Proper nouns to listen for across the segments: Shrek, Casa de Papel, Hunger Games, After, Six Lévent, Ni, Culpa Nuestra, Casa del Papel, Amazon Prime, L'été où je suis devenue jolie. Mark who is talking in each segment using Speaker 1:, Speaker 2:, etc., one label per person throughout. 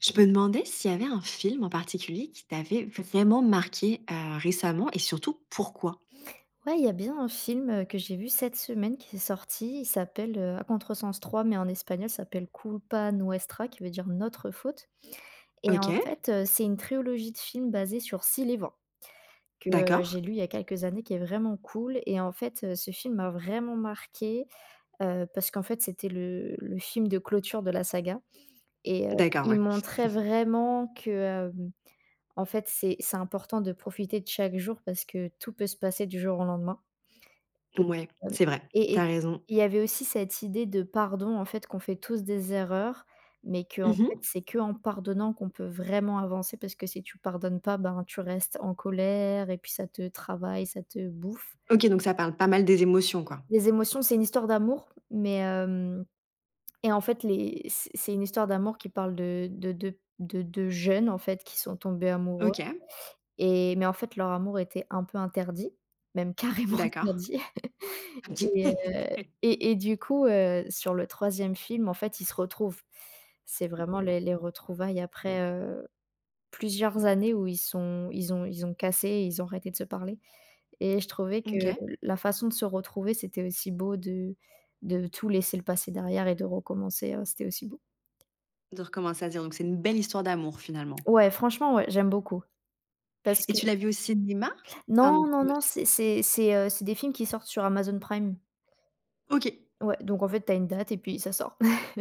Speaker 1: Je me demandais s'il y avait un film en particulier qui t'avait vraiment marqué, récemment et surtout pourquoi?
Speaker 2: Ouais, il y a bien un film, que j'ai vu cette semaine qui est sorti. Il s'appelle, À contresens 3, mais en espagnol, ça s'appelle Culpa Nuestra, qui veut dire «notre faute» et
Speaker 1: OK,
Speaker 2: en fait, c'est une trilogie de films basée sur Six Lévent que,
Speaker 1: d'accord.
Speaker 2: j'ai lu il y a quelques années, qui est vraiment cool et en fait, ce film m'a vraiment marquée, parce qu'en fait, c'était le film de clôture de la saga et
Speaker 1: D'accord,
Speaker 2: il
Speaker 1: ouais.
Speaker 2: montrait vraiment que, en fait, c'est important de profiter de chaque jour parce que tout peut se passer du jour au lendemain et
Speaker 1: Ouais,
Speaker 2: hem
Speaker 1: c'est vrai, t'as
Speaker 2: et
Speaker 1: raison.
Speaker 2: il y avait aussi cette idée de pardon, en fait, qu'on fait tous des erreurs, mais qu'en fait,
Speaker 1: Mmh.
Speaker 2: c'est qu'en pardonnant qu'on peut vraiment avancer parce que si tu pardonnes pas, ben, tu restes en colère et puis ça te travaille, ça te bouffe.
Speaker 1: OK, donc ça parle pas mal des émotions, quoi.
Speaker 2: Les émotions, c'est une histoire d'amour, mais hem et en fait, les c'est une histoire d'amour qui parle de 2 jeunes, en fait, qui sont tombés amoureux.
Speaker 1: OK,
Speaker 2: Et mais en fait, leur amour était un peu interdit, même carrément
Speaker 1: d'accord.
Speaker 2: interdit et heu et et du coup, sur le troisième film, en fait, ils se retrouvent. C'est vraiment les retrouvailles après, plusieurs années où ils ont cassé et ils ont arrêté de se parler et je trouvais que
Speaker 1: OK,
Speaker 2: la façon de se retrouver, c'était aussi beau de tout laisser le passé derrière et de recommencer, c'était aussi beau.
Speaker 1: de recommencer à 0, donc c'est une belle histoire d'amour, finalement.
Speaker 2: Ouais, franchement, ouais, j'aime beaucoup parce
Speaker 1: Et
Speaker 2: que.
Speaker 1: tu l'as vu au cinéma? Pardon,
Speaker 2: Non, non,
Speaker 1: excuse-moi,
Speaker 2: non,
Speaker 1: je t'ai
Speaker 2: c'est des films qui sortent sur Amazon Prime.
Speaker 1: coupée. OK.
Speaker 2: Ouais, donc en fait, tu as une date et puis ça sort.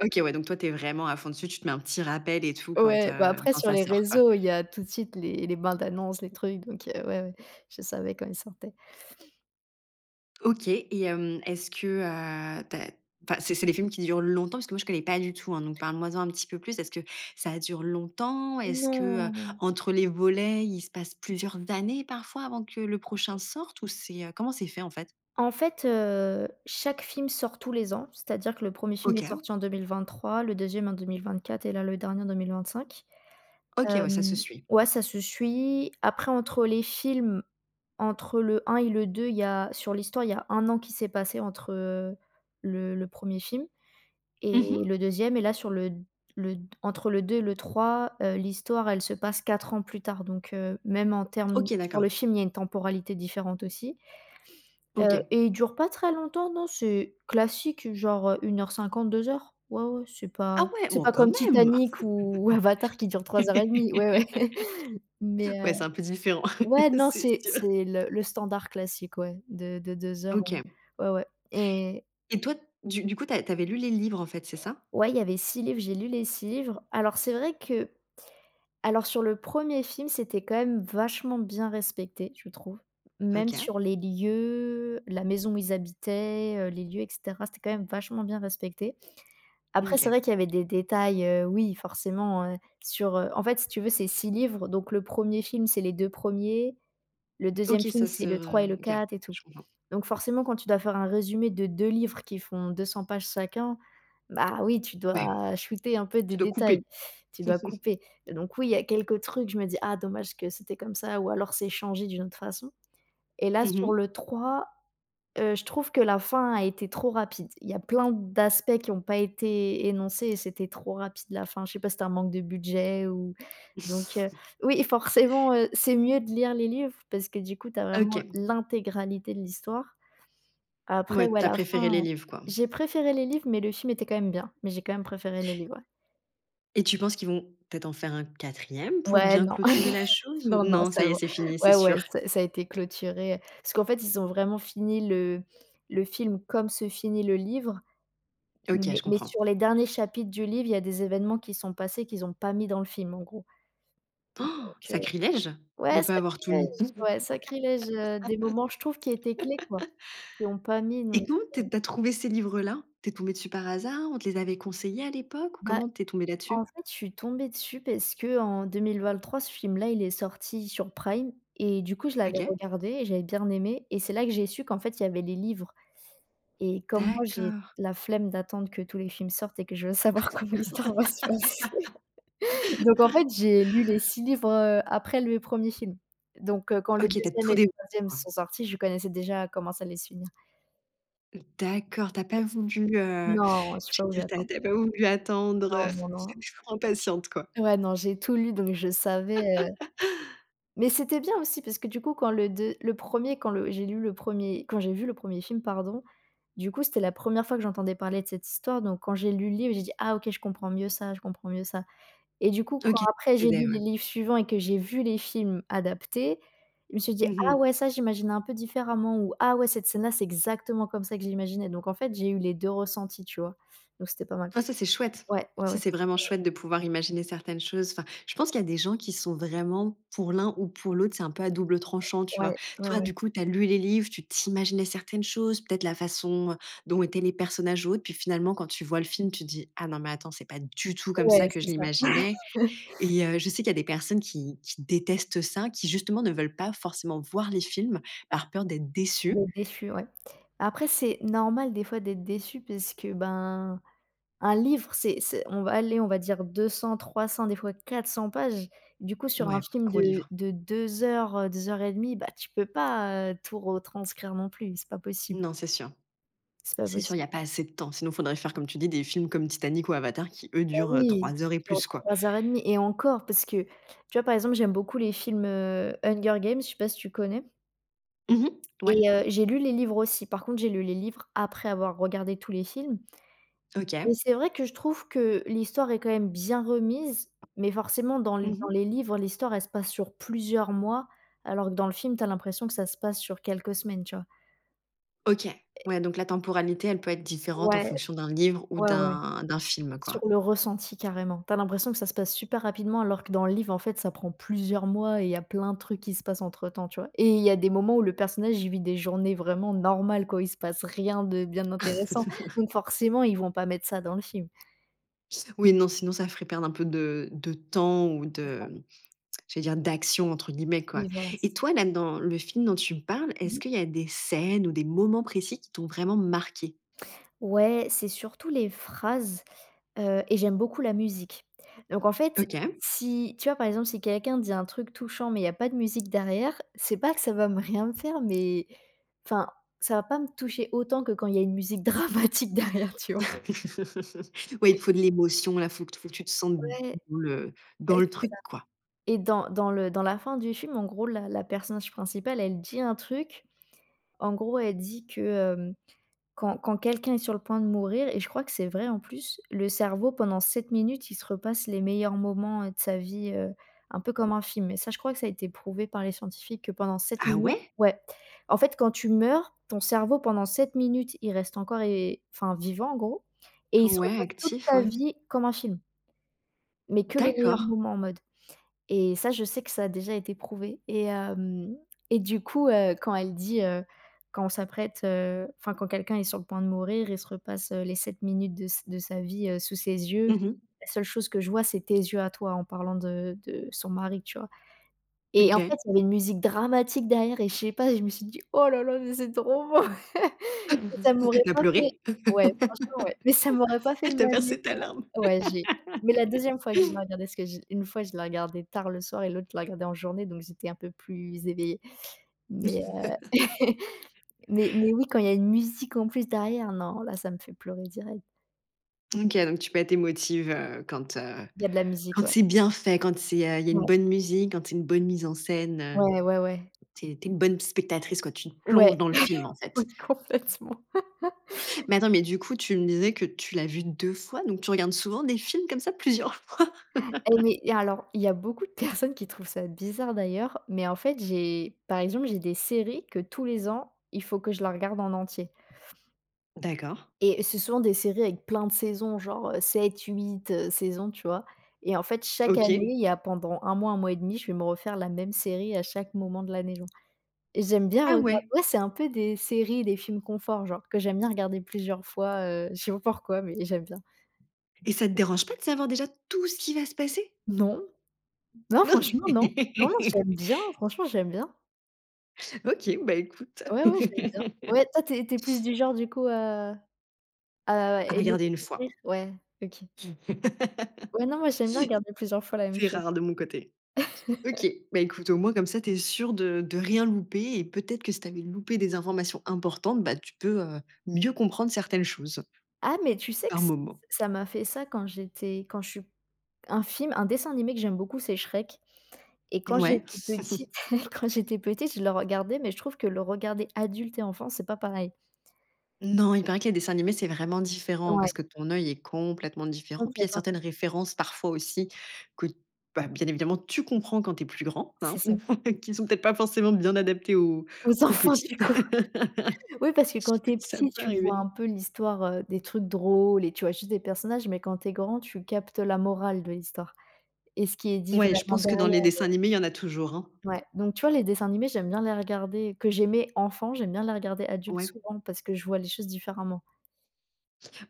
Speaker 1: OK, ouais, donc toi, t'es vraiment à fond dessus, tu te mets un petit rappel et tout quand,
Speaker 2: Ouais, bah, après
Speaker 1: quand
Speaker 2: sur
Speaker 1: ça
Speaker 2: les
Speaker 1: sort, quoi.
Speaker 2: réseaux, il y a tout de suite les bandes annonces, les trucs, donc ouais, ouais, je savais quand il sortait.
Speaker 1: OK et hem, est-ce que tu enfin, c'est des films qui durent longtemps? Parce que moi, je connais pas du tout, hein, donc parle-moi-en un petit peu plus. Est-ce que ça dure longtemps? Est-ce que,
Speaker 2: Non,
Speaker 1: entre les volets, il se passe plusieurs années parfois avant que le prochain sorte? Ou c'est, comment c'est fait, en fait?
Speaker 2: en fait, chaque film sort tous les ans, c'est-à-dire que le premier film est
Speaker 1: OK.
Speaker 2: sorti en 2023, le 2e en 2024 et là le dernier en 2025.
Speaker 1: OK, ouais, ça se
Speaker 2: Hem,
Speaker 1: suit.
Speaker 2: ouais, ça se suit. Après entre les films, entre le un et le 2 il y a sur l'histoire, il y a un an qui s'est passé entre, le 1 film et
Speaker 1: Mmh.
Speaker 2: le deuxième, et là sur le entre le 2 et le 3, l'histoire elle se passe 4 ans plus tard donc même en termes
Speaker 1: OK,
Speaker 2: sur
Speaker 1: d'accord.
Speaker 2: le film, il y a une temporalité différente aussi,
Speaker 1: OK.
Speaker 2: et il dure pas très longtemps, non, c'est classique genre, 1h50 2 heures. Ouais, ouais, c'est pas
Speaker 1: Ah ouais,
Speaker 2: c'est
Speaker 1: bon,
Speaker 2: pas
Speaker 1: quand
Speaker 2: comme
Speaker 1: même!
Speaker 2: Titanic ou ou Avatar qui dure 3 heures et demie. Ouais, ouais. Mais
Speaker 1: Ouais, c'est un peu différent,
Speaker 2: ouais, non,
Speaker 1: c'est
Speaker 2: c'est
Speaker 1: sûr.
Speaker 2: c'est le standard classique, ouais, de 2 heures,
Speaker 1: OK
Speaker 2: ouais. Ouais, ouais et
Speaker 1: et toi, du coup, tu as lu les livres, en fait, c'est ça?
Speaker 2: ouais, il y avait 6 livres, j'ai lu les 6 livres. Alors sur le premier film, c'était quand même vachement bien respecté, je trouve. Même
Speaker 1: OK.
Speaker 2: sur les lieux, la maison où ils habitaient, les lieux et cetera, c'était quand même vachement bien respecté. Après c'est
Speaker 1: OK.
Speaker 2: vrai qu'il y avait des détails, oui forcément, en fait si tu veux c'est 6 livres, donc le premier film, c'est les 2 premiers, le
Speaker 1: OK,
Speaker 2: deuxième film,
Speaker 1: ça se
Speaker 2: c'est le 3 et le
Speaker 1: re OK,
Speaker 2: 4 et tout.
Speaker 1: je comprends.
Speaker 2: Donc forcément, quand tu dois faire un résumé de 2 livres qui font 200 pages chacun, bah, oui, tu
Speaker 1: Ouais,
Speaker 2: dois shooter un peu
Speaker 1: tu
Speaker 2: des
Speaker 1: dois couper.
Speaker 2: détails, tu dois couper. Donc oui, il y a quelques trucs, je me dis: «Ah dommage que c'était comme ça» ou alors c'est changé d'une autre façon et là sur
Speaker 1: Mmh.
Speaker 2: le 3, je trouve que la fin a été trop rapide. Il y a plein d'aspects qui ont pas été énoncés et c'était trop rapide la fin. Je sais pas si c'était un manque de budget ou donc oui, forcément, c'est mieux de lire les livres parce que du coup, tu as vraiment
Speaker 1: OK,
Speaker 2: l'intégralité de l'histoire. Après,
Speaker 1: ouais,
Speaker 2: ouais,
Speaker 1: t'as
Speaker 2: la
Speaker 1: préféré les
Speaker 2: fin,
Speaker 1: livres, quoi.
Speaker 2: j'ai préféré les livres, mais le film était quand même bien. Mais j'ai quand même préféré les livres, ouais.
Speaker 1: Et tu penses qu'ils vont peut-être en faire un quatrième pour
Speaker 2: Ouais,
Speaker 1: bien
Speaker 2: non.
Speaker 1: clôturer la chose ou
Speaker 2: Non, non,
Speaker 1: non, ça y
Speaker 2: ça
Speaker 1: est,
Speaker 2: va.
Speaker 1: c'est fini, c'est
Speaker 2: Ouais,
Speaker 1: sûr?
Speaker 2: ouais, ça a été clôturé, parce qu'en fait, ils ont vraiment fini le film comme se finit le livre,
Speaker 1: OK,
Speaker 2: mais
Speaker 1: je
Speaker 2: mais
Speaker 1: comprends.
Speaker 2: sur les derniers chapitres du livre, il y a des événements qui sont passés qu'ils ont pas mis dans le film, en gros. Donc,
Speaker 1: Oh, sacrilège de
Speaker 2: ouais,
Speaker 1: pas avoir tout
Speaker 2: sacrilège,
Speaker 1: mis.
Speaker 2: ouais, sacrilège, des moments, je trouve, qui étaient clés, quoi, qu'ils ont pas mis,
Speaker 1: Et
Speaker 2: donc
Speaker 1: comment tu es trouvé ces livres-là? T'es tombé dessus par hasard? On te les avait conseillés à l'époque ou
Speaker 2: bah.
Speaker 1: comment t'es tombé
Speaker 2: En
Speaker 1: là-dessus?
Speaker 2: fait, je suis tombée dessus parce que qu'en 2023, ce film-là, il est sorti sur Prime et du coup, je
Speaker 1: OK,
Speaker 2: l'avais regardé et j'avais bien aimé et c'est là que j'ai su qu'en fait, il y avait les livres et comme moi, j'ai
Speaker 1: d'accord.
Speaker 2: la flemme d'attendre que tous les films sortent et que je veux savoir comment l'histoire va se passer. Donc en fait, j'ai lu les 6 livres, après le premier film. Donc quand le
Speaker 1: OK, t'as
Speaker 2: 2
Speaker 1: tout
Speaker 2: et le
Speaker 1: découvert.
Speaker 2: troisième sont sortis, je connaissais déjà comment ça allait se finir.
Speaker 1: D'accord, t'as pas voulu,
Speaker 2: Non, je j'ai pas
Speaker 1: j'allais
Speaker 2: voulu
Speaker 1: dire, tu as
Speaker 2: attendre.
Speaker 1: tu as pas voulu attendre,
Speaker 2: Non, non, non.
Speaker 1: tu trop impatiente, quoi.
Speaker 2: Ouais, non, j'ai tout lu donc je savais. Mais c'était bien aussi parce que du coup quand le deux le premier quand le j'ai lu le premier quand j'ai vu le premier film pardon, du coup c'était la première fois que j'entendais parler de cette histoire donc quand j'ai lu le livre, j'ai dit: «Ah OK, je comprends mieux ça, je comprends mieux ça» et du coup
Speaker 1: OK,
Speaker 2: quand
Speaker 1: ça
Speaker 2: après j'ai lu
Speaker 1: t'aidait,
Speaker 2: les
Speaker 1: ouais.
Speaker 2: livres suivants et que j'ai vu les films adaptés, je me suis dit:
Speaker 1: Mmh
Speaker 2: «Ah
Speaker 1: mh.
Speaker 2: ouais ça j'imaginais un peu différemment» ou «Ah ouais cette scène là c'est exactement comme ça que j'imaginais donc en fait j'ai eu les 2 ressentis, tu vois? Donc c'était pas mal.
Speaker 1: Ah ça, c'est chouette.
Speaker 2: Ouais, ouais,
Speaker 1: Ça,
Speaker 2: ouais,
Speaker 1: c'est vraiment chouette de pouvoir imaginer certaines choses. Enfin, je pense qu'il y a des gens qui sont vraiment pour l'un ou pour l'autre, c'est un peu à double tranchant, tu vois?
Speaker 2: ouais, ouais,
Speaker 1: Toi,
Speaker 2: ouais.
Speaker 1: du coup, tu as lu les livres, tu t'imaginais certaines choses, peut-être la façon, dont étaient les personnages ou autres, puis finalement, quand tu vois le film, tu dis: «Ah non, mais attends, c'est pas du tout comme ça
Speaker 2: Ouais,
Speaker 1: que je
Speaker 2: c'est ça.
Speaker 1: l'imaginais». Et je sais qu'il y a des personnes qui détestent ça, qui justement ne veulent pas forcément voir les films par peur d'être déçues.
Speaker 2: D'être déçu, ouais. Après, c'est normal des fois d'être déçu parce que, ben, un livre, c'est on va aller, on va dire 200-300, des fois 400 pages. Du coup, sur un
Speaker 1: Ouais.
Speaker 2: film
Speaker 1: Gros
Speaker 2: de
Speaker 1: livre.
Speaker 2: de 2 heures, 2 heures et demie, bah, tu peux pas, tout retranscrire non plus, c'est pas possible.
Speaker 1: Non, c'est sûr.
Speaker 2: C'est pas
Speaker 1: C'est sûr, il y a
Speaker 2: possible.
Speaker 1: pas assez de temps. Sinon, faudrait faire, comme tu dis, des films comme Titanic ou Avatar qui, eux,
Speaker 2: Bah
Speaker 1: durent,
Speaker 2: oui,
Speaker 1: 3
Speaker 2: qui
Speaker 1: heures et
Speaker 2: dure
Speaker 1: plus, quoi.
Speaker 2: 3 heures et demie et encore parce que, tu vois, par exemple, j'aime beaucoup les films, Hunger Games, je sais pas si tu connais?
Speaker 1: Mmh. Ouais.
Speaker 2: Et j'ai lu les livres aussi. Par contre, j'ai lu les livres après avoir regardé tous les films. Et
Speaker 1: OK.
Speaker 2: c'est vrai que je trouve que l'histoire est quand même bien remise, mais forcément dans
Speaker 1: Mmh.
Speaker 2: les livres, l'histoire elle se passe sur plusieurs mois, alors que dans le film, t'as l'impression que ça se passe sur quelques semaines, tu vois?
Speaker 1: OK. Ouais, donc la temporalité, elle peut être différente en
Speaker 2: Ouais,
Speaker 1: fonction d'un livre ou
Speaker 2: ouais, ouais,
Speaker 1: d'un film, quoi.
Speaker 2: sur le ressenti carrément. T'as l'impression que ça se passe super rapidement, alors que dans le livre, en fait, ça prend plusieurs mois et il y a plein de trucs qui se passent entre-temps, tu vois? Et il y a des moments où le personnage, il vit des journées vraiment normales, quoi, il se passe rien de bien intéressant. Donc forcément, ils vont pas mettre ça dans le film.
Speaker 1: Oui, non, sinon ça ferait perdre un peu de temps ou
Speaker 2: C'est ça.
Speaker 1: de j'allais dire «d'action» entre guillemets quoi.
Speaker 2: Oui, voilà.
Speaker 1: Et toi là, dans le film dont tu me parles, est-ce qu'il y a des scènes ou des moments précis qui t'ont vraiment marqué?
Speaker 2: Ouais, c'est surtout les phrases, et j'aime beaucoup la musique. Donc en fait,
Speaker 1: OK.
Speaker 2: si tu vois, par exemple, si quelqu'un dit un truc touchant, mais il y a pas de musique derrière, c'est pas que ça va me rien me faire, mais enfin, ça va pas me toucher autant que quand il y a une musique dramatique derrière, tu vois?
Speaker 1: Ouais, il te faut de l'émotion là, faut que tu te sentes
Speaker 2: Ouais, ouais,
Speaker 1: dans
Speaker 2: c'est
Speaker 1: le truc
Speaker 2: ça.
Speaker 1: quoi.
Speaker 2: Et dans la fin du film, en gros, la personnage principale, elle dit un truc. En gros, elle dit que, hem quand quelqu'un est sur le point de mourir et je crois que c'est vrai en plus, le cerveau pendant 7 minutes, il se repasse les meilleurs moments, de sa vie, un peu comme un film et ça, je crois que ça a été prouvé par les scientifiques que pendant 7
Speaker 1: Ah
Speaker 2: minutes
Speaker 1: ouais?
Speaker 2: ouais. En fait, quand tu meurs, ton cerveau pendant 7 minutes, il reste encore et enfin vivant en gros et il se
Speaker 1: Ouais,
Speaker 2: repasse toute
Speaker 1: actif,
Speaker 2: ta
Speaker 1: ouais.
Speaker 2: vie comme un film, mais que les
Speaker 1: D'accord.
Speaker 2: meilleurs moments en mode et ça, je sais que ça a déjà été prouvé et du coup, quand elle dit, quand on s'apprête, enfin, quand quelqu'un est sur le point de mourir, il se repasse, les 7 minutes de sa vie, sous ses yeux.
Speaker 1: Mmh.
Speaker 2: La seule chose que je vois, c'est tes yeux à toi en parlant de son mari, tu vois? Et en
Speaker 1: OK.
Speaker 2: fait, il y avait une musique dramatique derrière et je sais pas, je me suis dit: «Oh là là, mais c'est trop beau!» et ça m'aurait
Speaker 1: T'as
Speaker 2: pas fait
Speaker 1: pleuré?
Speaker 2: ouais, franchement, ouais, mais ça m'aurait pas fait le
Speaker 1: T'as
Speaker 2: même
Speaker 1: versé ta
Speaker 2: effet.
Speaker 1: larme?
Speaker 2: Ouais, j'ai mais la deuxième fois que je l'ai regardé, parce que j une fois, je l'ai regardé tard le soir et l'autre, je l'ai regardé en journée, donc j'étais un peu plus éveillée. Mais, heu, mais oui, quand il y a une musique en plus derrière, non, là, ça me fait pleurer direct.
Speaker 1: OK, donc tu peux être émotive, quand,
Speaker 2: Il y a de la musique,
Speaker 1: quand
Speaker 2: ouais.
Speaker 1: c'est bien fait, quand c'est, il y a une
Speaker 2: Ouais,
Speaker 1: bonne musique, quand c'est une bonne mise en scène.
Speaker 2: ouais, ouais, ouais.
Speaker 1: Tu es une bonne spectatrice quoi, tu te plonges
Speaker 2: Ouais,
Speaker 1: dans le film en fait.
Speaker 2: oui, complètement.
Speaker 1: Mais attends, mais du coup tu me disais que tu l'as vu 2 fois, donc tu regardes souvent des films comme ça plusieurs fois?
Speaker 2: Et alors, il y a beaucoup de personnes qui trouvent ça bizarre d'ailleurs, mais en fait, j'ai par exemple, j'ai des séries que tous les ans, il faut que je la regarde en entier
Speaker 1: D'accord,
Speaker 2: et c'est souvent des séries avec plein de saisons, genre, 7-8, saisons, tu vois? Et en fait, chaque année,
Speaker 1: OK.
Speaker 2: il y a pendant un mois et demi, je vais me refaire la même série à chaque moment de l'année, genre et j'aime bien
Speaker 1: Ah
Speaker 2: regarder
Speaker 1: ouais,
Speaker 2: ouais, c'est un peu des séries, des films confort, genre, que j'aime bien regarder plusieurs fois, je sais pas pourquoi, mais j'aime bien.
Speaker 1: et ça te dérange pas de savoir déjà tout ce qui va se passer?
Speaker 2: Non, non,
Speaker 1: Non?
Speaker 2: franchement, non. Non, j'aime bien, franchement, j'aime bien.
Speaker 1: OK, bah écoute,
Speaker 2: Ouais, ouais, j'aime bien. Ouais, toi, tu es plus du genre, du coup, à
Speaker 1: à
Speaker 2: aimer
Speaker 1: regarder une fois.
Speaker 2: découvrir? Ouais, OK. Ouais, non, moi, j'aime bien regarder plusieurs fois la même
Speaker 1: C'est
Speaker 2: chose.
Speaker 1: rare de mon côté. OK, bah écoute, au moins comme ça tu es sûre de rien louper et peut-être que si tu avais loupé des informations importantes, bah tu peux, mieux comprendre certaines choses
Speaker 2: Ah, mais tu sais que
Speaker 1: par
Speaker 2: ç
Speaker 1: moment.
Speaker 2: ça m'a fait ça quand je suis un film un dessin animé que j'aime beaucoup, c'est Shrek et quand
Speaker 1: Ouais.
Speaker 2: j'étais petite quand j'étais petite, je le regardais, mais je trouve que le regarder adulte et enfant, c'est pas pareil.
Speaker 1: Non, il paraît que les dessins animés, c'est vraiment différent
Speaker 2: Ouais,
Speaker 1: parce que ton œil est complètement différent. Puis il y a
Speaker 2: complètement.
Speaker 1: certaines références parfois aussi que, bah, bien évidemment, tu comprends quand tu es plus grand,
Speaker 2: C'est
Speaker 1: hein,
Speaker 2: ça.
Speaker 1: qui sont peut-être pas forcément bien adaptées aux,
Speaker 2: Aux
Speaker 1: aux
Speaker 2: enfants,
Speaker 1: petits.
Speaker 2: du coup. Oui, parce que quand t'es
Speaker 1: Ça
Speaker 2: petit,
Speaker 1: peut
Speaker 2: tu vois
Speaker 1: arriver.
Speaker 2: un peu l'histoire, des trucs drôles et tu vois juste des personnages, mais quand t'es grand, tu captes la morale de l'histoire et ce qui est dit
Speaker 1: Ouais, je
Speaker 2: vraiment
Speaker 1: pense que dans les
Speaker 2: derrière.
Speaker 1: dessins animés, il y en a toujours, hein.
Speaker 2: Ouais, donc tu vois, les dessins animés, j'aime bien les regarder que j'aimais enfant, j'aime bien les regarder adulte
Speaker 1: Ouais.
Speaker 2: souvent parce que je vois les choses différemment.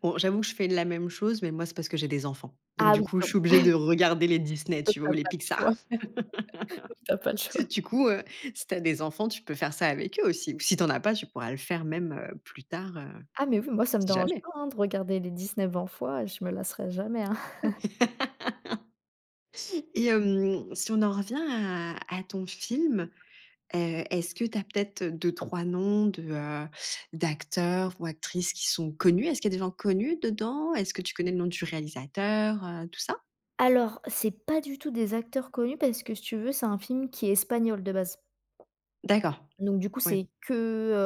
Speaker 1: Bon, j'avoue que je fais la même chose, mais moi, c'est parce que j'ai des enfants. Donc,
Speaker 2: Ah
Speaker 1: du
Speaker 2: oui,
Speaker 1: coup, je
Speaker 2: donc
Speaker 1: suis obligée de regarder les Disney,
Speaker 2: toi,
Speaker 1: tu vois, ou
Speaker 2: tu
Speaker 1: les
Speaker 2: pas le
Speaker 1: Pixar.
Speaker 2: choix, T'as pas le choix.
Speaker 1: Du coup, si tu as des enfants, tu peux faire ça avec eux aussi. Ou si tu as pas, tu pourras le faire même plus tard,
Speaker 2: Ah mais oui, moi ça me
Speaker 1: si
Speaker 2: dérange
Speaker 1: jamais.
Speaker 2: pas, hein, de regarder les Disney 20 fois, je me lasserai jamais, hein.
Speaker 1: Et hem, si on en revient à ton film, heu, est-ce que tu as peut-être deux trois noms de, d'acteurs ou actrices qui sont connus? Est-ce qu'il y a des gens connus dedans? Est-ce que tu connais le nom du réalisateur, tout ça?
Speaker 2: Alors, c'est pas du tout des acteurs connus parce que si tu veux, c'est un film qui est espagnol de base.
Speaker 1: D'accord,
Speaker 2: Donc du coup,
Speaker 1: ouais,
Speaker 2: c'est que,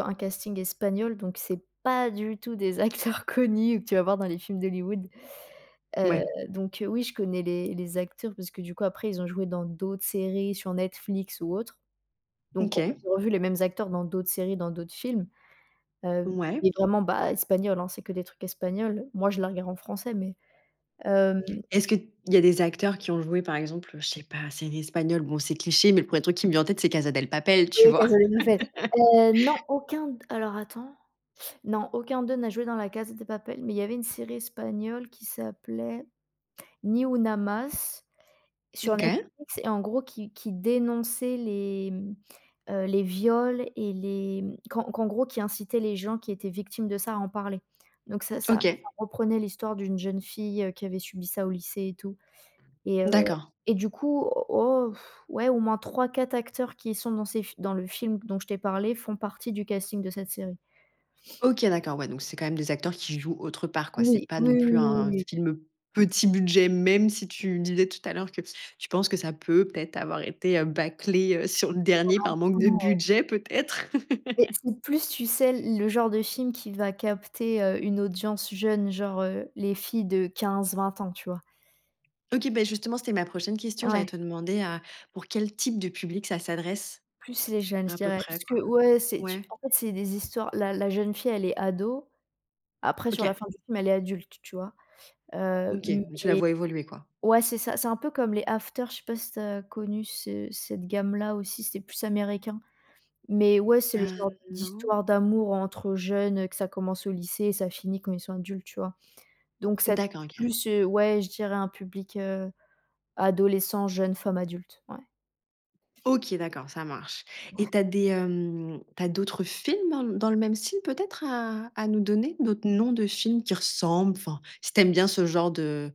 Speaker 2: un casting espagnol, donc c'est pas du tout des acteurs connus que tu vas voir dans les films d'Hollywood. Heu,
Speaker 1: ouais,
Speaker 2: oui, je connais les acteurs parce que du coup après ils ont joué dans d'autres séries sur Netflix ou autre. Donc on
Speaker 1: OK,
Speaker 2: j'ai revu les mêmes acteurs dans d'autres séries, dans d'autres films, heu,
Speaker 1: ouais.
Speaker 2: mais vraiment, bah, espagnol, hein, c'est que des trucs espagnols. Moi, je la regarde en français, mais hem,
Speaker 1: Est-ce qu'il y a des acteurs qui ont joué, par exemple, je sais pas, série espagnole? Bon, c'est cliché, mais le premier truc qui me vient en tête, c'est Casa del Papel, tu
Speaker 2: oui,
Speaker 1: vois?
Speaker 2: Casa de Papel. Non, aucun d alors attends, non, aucun d'eux n'a joué dans La Casa de Papel, mais il y avait une série espagnole qui s'appelait Ni sur Netflix
Speaker 1: OK,
Speaker 2: et en gros qui dénonçait les, les viols et les, qu'en gros qui incitait les gens qui étaient victimes de ça à en parler. Donc ça ça
Speaker 1: OK,
Speaker 2: ça reprenait l'histoire d'une jeune fille, qui avait subi ça au lycée et tout et heu
Speaker 1: d'accord.
Speaker 2: et du coup, oh, ouais, au moins trois quatre acteurs qui sont dans ces fi dans le film dont je t'ai parlé font partie du casting de cette série.
Speaker 1: OK, d'accord, ouais, donc c'est quand même des acteurs qui jouent autre part, quoi. C'est
Speaker 2: Oui,
Speaker 1: pas
Speaker 2: oui,
Speaker 1: non
Speaker 2: oui,
Speaker 1: plus un
Speaker 2: oui,
Speaker 1: film petit budget, même si tu disais tout à l'heure que tu penses que ça peut peut-être avoir été, bâclé, sur le dernier par manque de
Speaker 2: oui.
Speaker 1: budget peut-être?
Speaker 2: Mais c'est plus, tu sais, le genre de film qui va capter, une audience jeune, genre, les filles de 15-20 ans, tu vois?
Speaker 1: OK, beh, justement, c'était ma prochaine question. J'allais
Speaker 2: Ouais,
Speaker 1: te demander, pour quel type de public ça s'adresse
Speaker 2: plus les jeunes, je
Speaker 1: à peu
Speaker 2: dirais.
Speaker 1: près,
Speaker 2: Parce
Speaker 1: quoi?
Speaker 2: que ouais, c'est tu
Speaker 1: Ouais,
Speaker 2: en fait, c'est des histoires la la jeune fille, elle est ado, après
Speaker 1: OK,
Speaker 2: sur la fin du film, elle est adulte, tu vois?
Speaker 1: OK,
Speaker 2: M
Speaker 1: tu la vois évoluer, quoi.
Speaker 2: ouais, c'est ça, c'est un peu comme les After, je sais pas si tu as connu ce cette gamme-là aussi, c'est plus américain. Mais ouais, c'est le genre
Speaker 1: Heu, non?
Speaker 2: d'histoire d'amour entre jeunes, que ça commence au lycée et ça finit quand ils sont adultes, tu vois? Donc ça
Speaker 1: D'accord,
Speaker 2: touche
Speaker 1: OK.
Speaker 2: plus, ouais, je dirais un public, adolescent, jeune femme adulte, ouais.
Speaker 1: OK, d'accord, ça marche. Et t'as des, hem, tu d'autres films dans dans le même style peut-être à nous donner? D'autres noms de films qui ressemblent? Enfin, si t'aimes bien ce genre de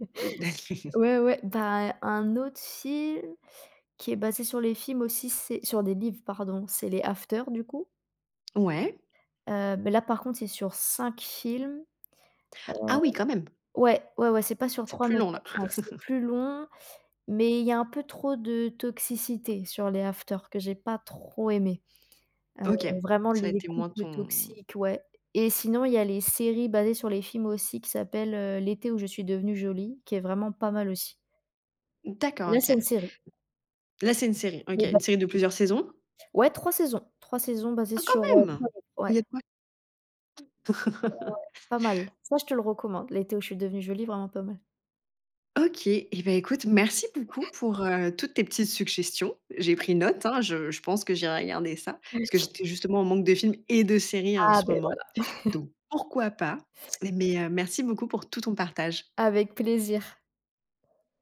Speaker 1: de
Speaker 2: Ouais, ouais, ouais, bah, un autre film qui est basé sur les films aussi, c'est sur des livres, pardon, c'est les After du coup,
Speaker 1: ouais.
Speaker 2: mais là par contre c'est sur 5 films, heu,
Speaker 1: Ah oui, quand même,
Speaker 2: ouais, ouais, ouais, c'est pas sur
Speaker 1: c'est
Speaker 2: 3
Speaker 1: plus
Speaker 2: mais
Speaker 1: long
Speaker 2: sur
Speaker 1: là.
Speaker 2: cinq. C'est plus long, mais il y a un peu trop de toxicité sur les After que j'ai pas trop aimé. Heu,
Speaker 1: OK,
Speaker 2: vraiment
Speaker 1: ça a
Speaker 2: les
Speaker 1: été moins
Speaker 2: couples
Speaker 1: ton
Speaker 2: toxiques, ouais. Et sinon, il y a les séries basées sur les films aussi qui s'appellent, «L'été où je suis devenue jolie», qui est vraiment pas mal aussi.
Speaker 1: d'accord,
Speaker 2: Là,
Speaker 1: OK.
Speaker 2: c'est une série,
Speaker 1: Là, c'est une série, OK,
Speaker 2: mais bah
Speaker 1: une série de plusieurs saisons?
Speaker 2: ouais, 3 saisons basées
Speaker 1: Ah quand
Speaker 2: sur,
Speaker 1: même!
Speaker 2: 3 livres,
Speaker 1: Il
Speaker 2: ouais,
Speaker 1: y a de quoi
Speaker 2: pas mal. Ça, je te le recommande, «L'été où je suis devenue jolie», vraiment pas mal.
Speaker 1: OK et ben écoute, merci beaucoup pour, toutes tes petites suggestions. J'ai pris note, hein, je pense que j'irai regarder ça, parce que
Speaker 2: OK.
Speaker 1: j'étais justement en manque de films et de séries hein, en
Speaker 2: Ah
Speaker 1: ce
Speaker 2: beh, ouais,
Speaker 1: moment, donc pourquoi pas? Mais, merci beaucoup pour tout ton partage.
Speaker 2: avec plaisir.